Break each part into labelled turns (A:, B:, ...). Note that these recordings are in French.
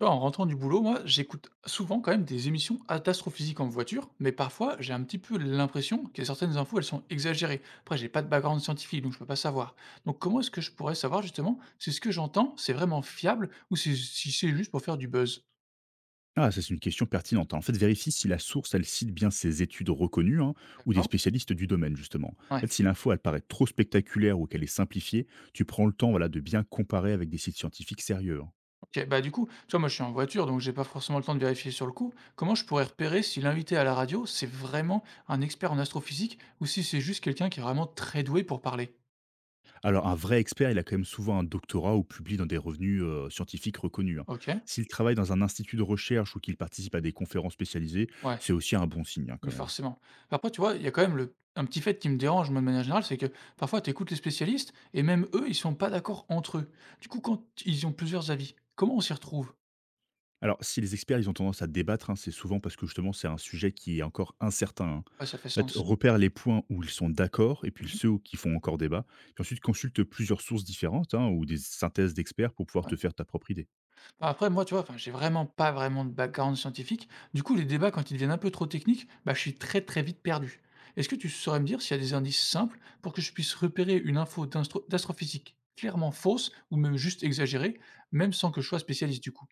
A: Tu vois, en rentrant du boulot, moi, j'écoute souvent quand même des émissions astrophysiques en voiture, mais parfois, j'ai un petit peu l'impression que certaines infos, elles sont exagérées. Après, j'ai pas de background scientifique, donc je peux pas savoir. Donc, comment est-ce que je pourrais savoir justement si ce que j'entends, c'est vraiment fiable ou si c'est juste pour faire du buzz?
B: Ah, ça, c'est une question pertinente, hein. En fait, vérifie si la source, elle cite bien ses études reconnues, hein, ou des
A: D'accord?
B: spécialistes du domaine, justement. En
A: Ouais.
B: fait, si l'info, elle paraît trop spectaculaire ou qu'elle est simplifiée, tu prends le temps, voilà, de bien comparer avec des sites scientifiques sérieux, hein.
A: Ok, bah du coup, tu vois, moi, je suis en voiture, donc j'ai pas forcément le temps de vérifier sur le coup. Comment je pourrais repérer si l'invité à la radio, c'est vraiment un expert en astrophysique ou si c'est juste quelqu'un qui est vraiment très doué pour parler?
B: Alors, un vrai expert, il a quand même souvent un doctorat ou publie dans des revenus scientifiques reconnus, hein.
A: Ok?
B: S'il travaille dans un institut de recherche ou qu'il participe à des conférences spécialisées,
A: Ouais.
B: c'est aussi un bon signe, hein,
A: Mais
B: quand même.
A: forcément. Après, tu vois, il y a quand même le un petit fait qui me dérange, moi, de manière générale, c'est que parfois, tu écoutes les spécialistes et même eux, ils sont pas d'accord entre eux. Du coup, quand ils ont plusieurs avis, comment on s'y retrouve?
B: Alors, si les experts, ils ont tendance à débattre, hein, c'est souvent parce que justement, c'est un sujet qui est encore incertain, hein.
A: Ouais, ça fait
B: En fait,
A: sens.
B: repère les points où ils sont d'accord et puis
A: Mmh,
B: ceux qui font encore débat. Puis ensuite, consulte plusieurs sources différentes, hein, ou des synthèses d'experts pour pouvoir te
A: ouais.
B: faire ta propre idée.
A: Bah, après, moi, tu vois, enfin, j'ai vraiment pas vraiment de background scientifique. Du coup, les débats, quand ils deviennent un peu trop techniques, bah, je suis très, très vite perdu. Est-ce que tu saurais me dire s'il y a des indices simples pour que je puisse repérer une info d'astrophysique clairement fausse ou même juste exagérée, même sans que je sois spécialiste, du coup?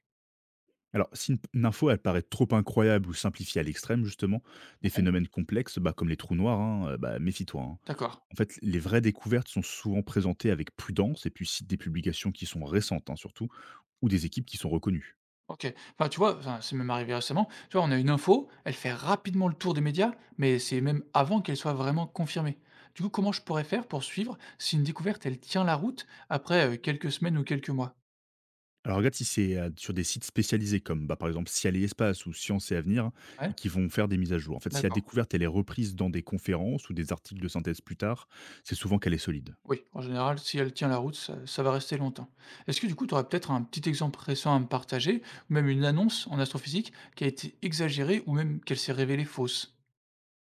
B: Alors, si une info, elle paraît trop incroyable ou simplifiée à l'extrême, justement, des
A: Ouais,
B: phénomènes complexes, bah, comme les trous noirs, hein, bah, méfie-toi, hein.
A: d'accord.
B: En fait, les vraies découvertes sont souvent présentées avec prudence et puis citent des publications qui sont récentes, hein, surtout, ou des équipes qui sont reconnues.
A: OK. Enfin, tu vois, enfin, c'est même arrivé récemment. Tu vois, on a une info, elle fait rapidement le tour des médias, mais c'est même avant qu'elle soit vraiment confirmée. Du coup, comment je pourrais faire pour suivre si une découverte, elle tient la route après quelques semaines ou quelques mois?
B: Alors regarde si c'est, sur des sites spécialisés comme, bah, par exemple Ciel et Espace ou Science et Avenir
A: Ouais?
B: et qui vont faire des mises à jour. En fait, si la
A: D'accord.
B: découverte elle est reprise dans des conférences ou des articles de synthèse plus tard, c'est souvent qu'elle est solide.
A: Oui, en général, si elle tient la route, ça va rester longtemps. Est-ce que du coup, tu aurais peut-être un petit exemple récent à me partager, ou même une annonce en astrophysique qui a été exagérée ou même qu'elle s'est révélée fausse?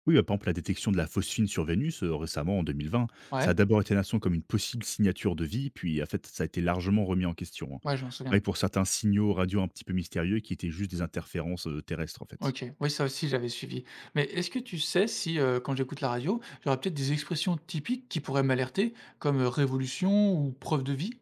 B: Oui, bah, par exemple la détection de la phosphine sur Vénus, récemment en 2020,
A: Ouais,
B: ça a d'abord été annoncé comme une possible signature de vie, puis en fait ça a été largement remis en question, hein.
A: ouais, je m'en
B: Pareil
A: souviens.
B: pour certains signaux radio un petit peu mystérieux qui étaient juste des interférences, terrestres en fait.
A: OK. Oui, ça aussi, j'avais suivi. Mais est-ce que tu sais si, quand j'écoute la radio, j'aurais peut-être des expressions typiques qui pourraient m'alerter, comme, révolution ou preuve de vie?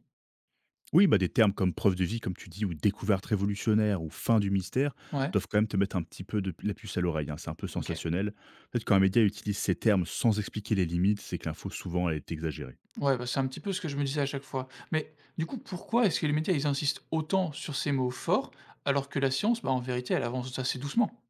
B: Oui, bah, des termes comme preuve de vie, comme tu dis, ou découverte révolutionnaire, ou fin du mystère,
A: Ouais,
B: doivent quand même te mettre un petit peu de la puce à l'oreille, hein. C'est un peu
A: OK.
B: sensationnel. Peut-être quand un média utilise ces termes sans expliquer les limites, c'est que l'info souvent elle est exagérée.
A: Ouais, bah, c'est un petit peu ce que je me disais à chaque fois. Mais du coup, pourquoi est-ce que les médias, ils insistent autant sur ces mots forts, alors que la science, bah, en vérité, elle avance assez doucement?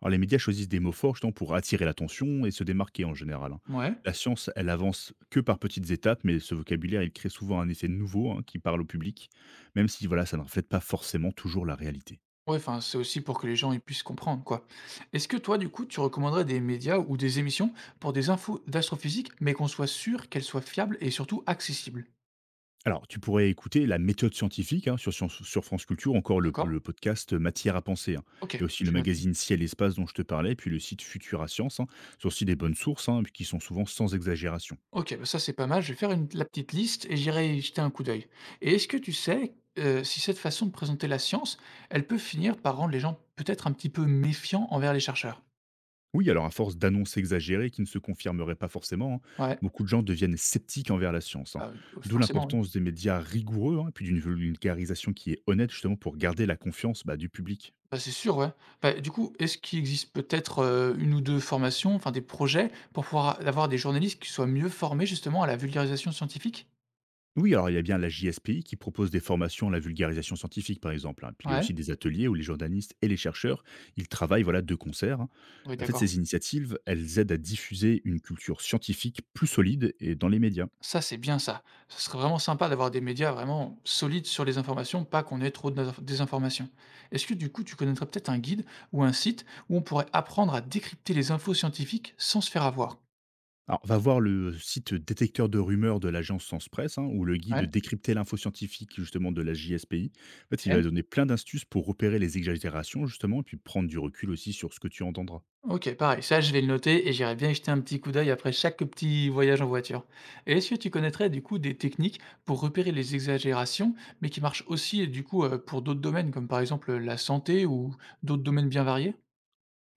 B: Alors les médias choisissent des mots forts justement pour attirer l'attention et se démarquer en général, hein.
A: Ouais.
B: La science, elle avance que par petites étapes, mais ce vocabulaire, il crée souvent un effet nouveau, hein, qui parle au public, même si voilà, ça ne reflète pas forcément toujours la réalité.
A: Ouais, enfin, c'est aussi pour que les gens, ils puissent comprendre, quoi. Est-ce que toi, du coup, tu recommanderais des médias ou des émissions pour des infos d'astrophysique, mais qu'on soit sûr qu'elles soient fiables et surtout accessibles?
B: Alors, tu pourrais écouter la méthode scientifique, hein, sur, Science- sur France Culture, encore le,
A: D'accord?
B: le podcast Matière à penser, hein. Il y
A: OK,
B: a aussi le
A: j'ai noté.
B: magazine Ciel et Espace dont je te parlais, puis le site Futura Science, hein. C'est aussi des bonnes sources, hein, qui sont souvent sans exagération.
A: OK, bah, ça, c'est pas mal. Je vais faire une la petite liste et j'irai y jeter un coup d'œil. Et est-ce que tu sais, si cette façon de présenter la science, elle peut finir par rendre les gens peut-être un petit peu méfiants envers les chercheurs?
B: Oui, alors à force d'annonces exagérées qui ne se confirmeraient pas forcément, hein,
A: Ouais,
B: beaucoup de gens deviennent sceptiques envers la science, hein.
A: bah, oui,
B: D'où
A: forcément, oui.
B: l'importance des médias rigoureux, hein, puis d'une vulgarisation qui est honnête justement pour garder la confiance, bah, du public.
A: Bah, c'est sûr, ouais. Bah, du coup, est-ce qu'il existe peut-être, 1 ou 2 formations, enfin des projets pour pouvoir avoir des journalistes qui soient mieux formés justement à la vulgarisation scientifique?
B: Oui, alors il y a bien la JSPI qui propose des formations à la vulgarisation scientifique, par exemple, hein. Puis il y a aussi
A: Ouais,
B: des ateliers où les journalistes et les chercheurs, ils travaillent, voilà, de concert, hein.
A: oui,
B: En fait,
A: d'accord.
B: ces initiatives, elles aident à diffuser une culture scientifique plus solide et dans les médias.
A: Ça, c'est bien ça. Ce serait vraiment sympa d'avoir des médias vraiment solides sur les informations, pas qu'on ait trop de désinformations. Est-ce que du coup, tu connaîtrais peut-être un guide ou un site où on pourrait apprendre à décrypter les infos scientifiques sans se faire avoir?
B: Alors, va voir le site détecteur de rumeurs de l'agence Sens Presse, hein, ou le guide
A: Ouais,
B: décrypter l'info scientifique, justement, de la JSPI. En fait, il va
A: ok,
B: donner plein d'astuces pour repérer les exagérations, justement, et puis prendre du recul aussi sur ce que tu entendras.
A: ok, pareil. Ça, je vais le noter et j'irai bien y jeter un petit coup d'œil après chaque petit voyage en voiture. Et est-ce que tu connaîtrais du coup des techniques pour repérer les exagérations, mais qui marchent aussi du coup pour d'autres domaines, comme par exemple la santé ou d'autres domaines bien variés?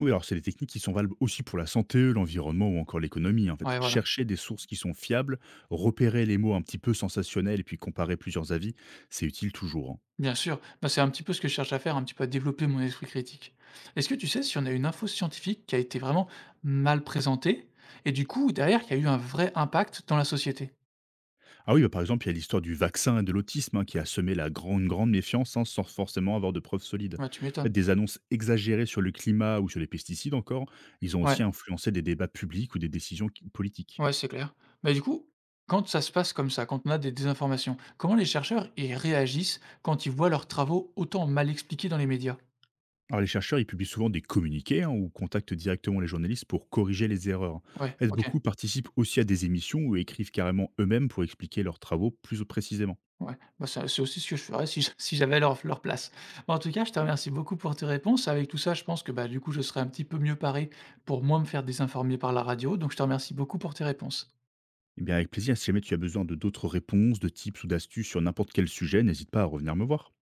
B: Oui, alors c'est des techniques qui sont valables aussi pour la santé, l'environnement ou encore l'économie. En fait,
A: Ouais, voilà.
B: chercher des sources qui sont fiables, repérer les mots un petit peu sensationnels et puis comparer plusieurs avis, c'est utile toujours, hein.
A: Bien sûr, bah, c'est un petit peu ce que je cherche à faire, un petit peu à développer mon esprit critique. Est-ce que tu sais si on a une info scientifique qui a été vraiment mal présentée et du coup, derrière, qui a eu un vrai impact dans la société?
B: Ah oui, bah, par exemple, il y a l'histoire du vaccin et de l'autisme, hein, qui a semé la grande, grande méfiance, hein, sans forcément avoir de preuves solides.
A: Ouais, tu
B: En fait,
A: m'étonnes.
B: des annonces exagérées sur le climat ou sur les pesticides encore, ils ont
A: Ouais,
B: aussi influencé des débats publics ou des décisions qui- politiques.
A: ouais, c'est clair. Bah, du coup, quand ça se passe comme ça, quand on a des désinformations, comment les chercheurs ils réagissent quand ils voient leurs travaux autant mal expliqués dans les médias?
B: Alors, les chercheurs, ils publient souvent des communiqués, hein, ou contactent directement les journalistes pour corriger les erreurs. En
A: Ouais,
B: fait,
A: ok.
B: beaucoup participent aussi à des émissions ou écrivent carrément eux-mêmes pour expliquer leurs travaux plus précisément.
A: Ouais, bah, c'est aussi ce que je ferais si j'avais leur place. Bah, en tout cas, je te remercie beaucoup pour tes réponses. Avec tout ça, je pense que, bah, du coup, je serais un petit peu mieux paré pour moi me faire désinformer par la radio, donc je te remercie beaucoup pour tes réponses.
B: Eh bien, avec plaisir, si jamais tu as besoin de d'autres réponses, de tips ou d'astuces sur n'importe quel sujet, n'hésite pas à revenir me voir.